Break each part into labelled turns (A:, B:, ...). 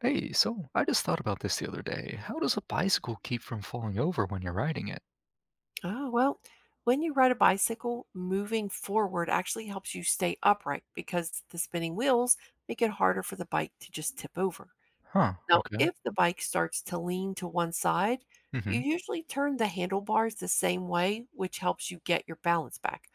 A: Hey, so I just thought about this the other day. How does a bicycle keep from falling over when you're riding it?
B: Oh, well, when you ride a bicycle, moving forward actually helps you stay upright because the spinning wheels make it harder for the bike to just tip over.
A: Huh,
B: Now,
A: okay.
B: if the bike starts to lean to one side, you
A: Mm-hmm.
B: usually turn the handlebars the same way, which helps you get your balance back.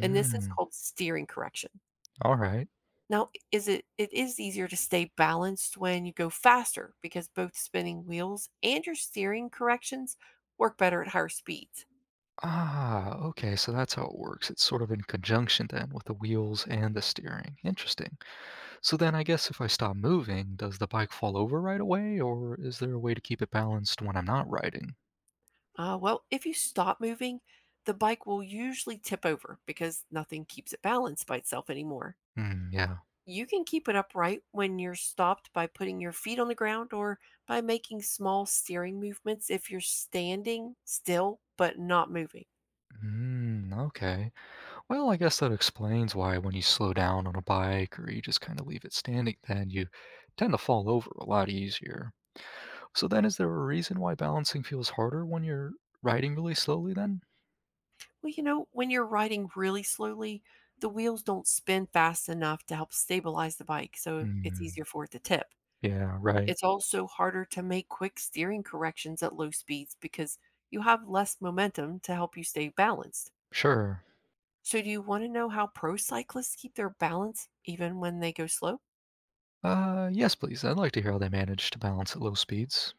B: And this is called steering correction.
A: all right.
B: Now, is it it is easier to stay balanced when you go faster because both spinning wheels and your steering corrections work better at higher speeds.
A: Ah, okay, so that's how it works. It's sort of in conjunction then with the wheels and the steering. Interesting. So then I guess if I stop moving, does the bike fall over right away, or is there a way to keep it balanced when I'm not riding?
B: Well, if you stop moving, the bike will usually tip over because nothing keeps it balanced by itself anymore.
A: Hmm, yeah.
B: You can keep it upright when you're stopped by putting your feet on the ground or by making small steering movements if you're standing still but not moving.
A: Hmm, okay. Well, I guess that explains why when you slow down on a bike or you just kind of leave it standing, then you tend to fall over a lot easier. So then is there a reason why balancing feels harder when you're riding really slowly then?
B: Well, when you're riding really slowly, the wheels don't spin fast enough to help stabilize the bike, so it's
A: Hmm.
B: easier for it to tip.
A: Yeah, right.
B: It's also harder to make quick steering corrections at low speeds because you have less momentum to help you stay balanced.
A: Sure.
B: So, do you want to know how pro cyclists keep their balance even when they go slow?
A: Yes, please. I'd like to hear how they manage to balance at low speeds.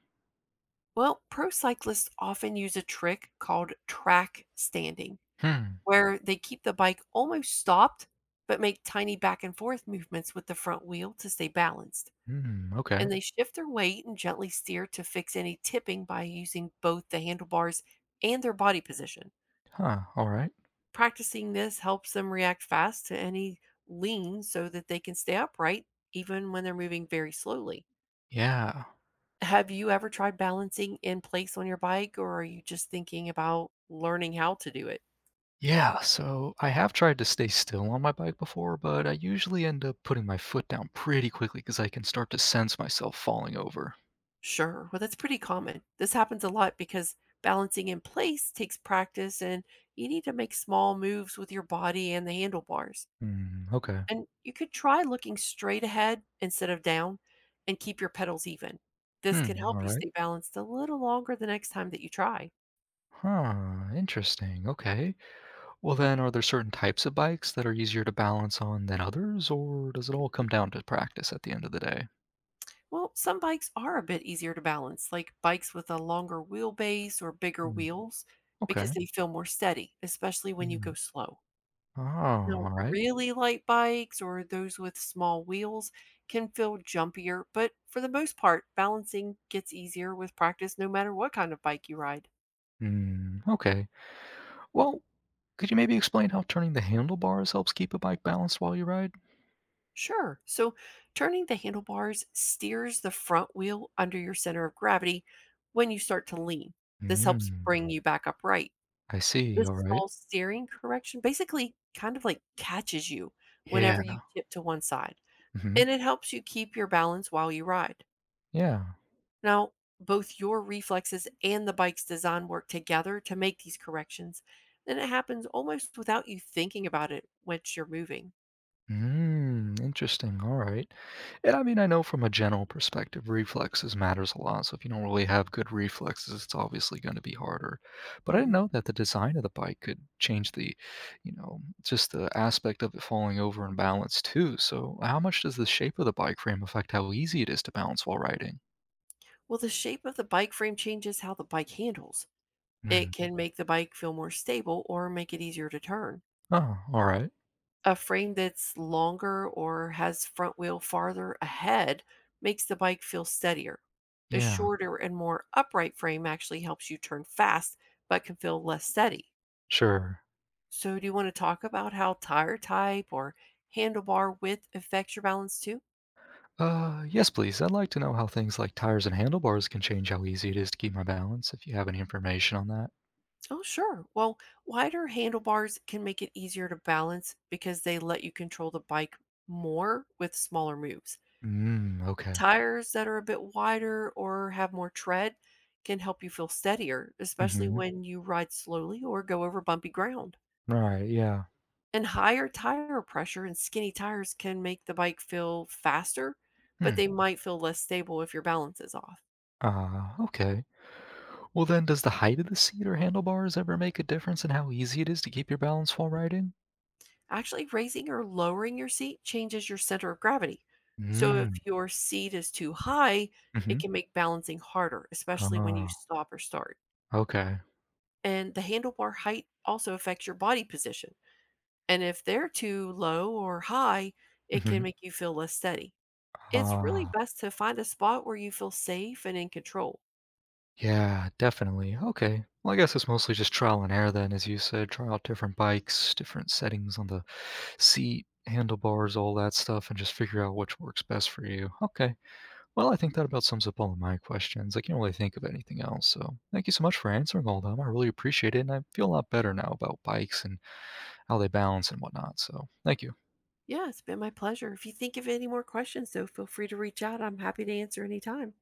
B: Well, pro cyclists often use a trick called track standing,
A: Hmm.
B: where they keep the bike almost stopped but make tiny back and forth movements with the front wheel to stay balanced.
A: Hmm.
B: And
A: Okay.
B: they shift their weight and gently steer to fix any tipping by using both the handlebars and their body position.
A: Huh. All right.
B: Practicing this helps them react fast to any lean so that they can stay upright even when they're moving very slowly.
A: Yeah.
B: Have you ever tried balancing in place on your bike, or are you just thinking about learning how to do it?
A: Yeah, so I have tried to stay still on my bike before, but I usually end up putting my foot down pretty quickly because I can start to sense myself falling over.
B: Sure. Well, that's pretty common. This happens a lot because balancing in place takes practice and you need to make small moves with your body and the handlebars.
A: Hmm, okay.
B: And you could try looking straight ahead instead of down and keep your pedals even. This can
A: Hmm, all
B: help you
A: right.
B: stay balanced a little longer the next time that you try.
A: Huh, interesting. Okay. Well, then, are there certain types of bikes that are easier to balance on than others, or does it all come down to practice at the end of the day?
B: Well, some bikes are a bit easier to balance, like bikes with a longer wheelbase or bigger
A: Hmm,
B: wheels, because
A: okay.
B: they feel more steady, especially when you
A: Yeah.
B: go slow.
A: Oh,
B: Now,
A: all right.
B: really light bikes or those with small wheels can feel jumpier, but for the most part, balancing gets easier with practice no matter what kind of bike you ride.
A: Hmm, okay. Well, could you maybe explain how turning the handlebars helps keep a bike balanced while you ride?
B: Sure. So turning the handlebars steers the front wheel under your center of gravity when you start to lean. This helps
A: Hmm.
B: bring you back upright.
A: I see,
B: This
A: alright.
B: small steering correction basically kind of like catches you
A: Yeah.
B: whenever you tip to one side,
A: Mhm.
B: and it helps you keep your balance while you ride.
A: Yeah.
B: Now, both your reflexes and the bike's design work together to make these corrections, and it happens almost without you thinking about it once you're moving.
A: Mm, interesting, alright. And I mean, I know from a general perspective, reflexes matters a lot, so if you don't really have good reflexes, it's obviously gonna be harder. But I didn't
B: Mhm.
A: know that the design of the bike could change the just the aspect of it falling over and balance too, so how much does the shape of the bike frame affect how easy it is to balance while riding?
B: Well, the shape of the bike frame changes how the bike handles.
A: Mm.
B: It can make the bike feel more stable or make it easier to turn.
A: Oh, alright.
B: A frame that's longer or has front wheel farther ahead makes the bike feel steadier. A
A: Yeah.
B: shorter and more upright frame actually helps you turn fast but can feel less steady.
A: Sure.
B: So, do you want to talk about how tire type or handlebar width affects your balance too?
A: Yes, please. I'd like to know how things like tires and handlebars can change how easy it is to keep my balance, if you have any information on that.
B: Oh, sure. Well, wider handlebars can make it easier to balance because they let you control the bike more with smaller moves.
A: Mm, okay.
B: Tires that are a bit wider or have more tread can help you feel steadier, especially
A: Mm-hmm.
B: when you ride slowly or go over bumpy ground.
A: Right, yeah.
B: And higher tire pressure and skinny tires can make the bike feel faster, but
A: Hmm.
B: they might feel less stable if your balance is off.
A: Okay. Well, then, does the height of the seat or handlebars ever make a difference in how easy it is to keep your balance while riding?
B: Actually, raising or lowering your seat changes your center of gravity. So if
A: Mm,
B: your seat is too high,
A: mm-hmm.
B: it can make balancing harder, especially when you
A: Ah,
B: stop or start.
A: okay.
B: And the handlebar height also affects your body position. And if they're too low or high, it
A: Mm-hmm.
B: can make you feel less steady. It's really
A: Ah.
B: best to find a spot where you feel safe and in control.
A: Yeah, definitely. Okay. Well, I guess it's mostly just trial and error then, as you said, try out different bikes, different settings on the seat, handlebars, all that stuff, and just figure out which works best for you. Okay. Well, I think that about sums up all of my questions. I can't really think of anything else. So thank you so much for answering all of them. I really appreciate it. And I feel a lot better now about bikes and how they balance and whatnot. So thank you.
B: Yeah, it's been my pleasure. If you think of any more questions, though, feel free to reach out. I'm happy to answer anytime.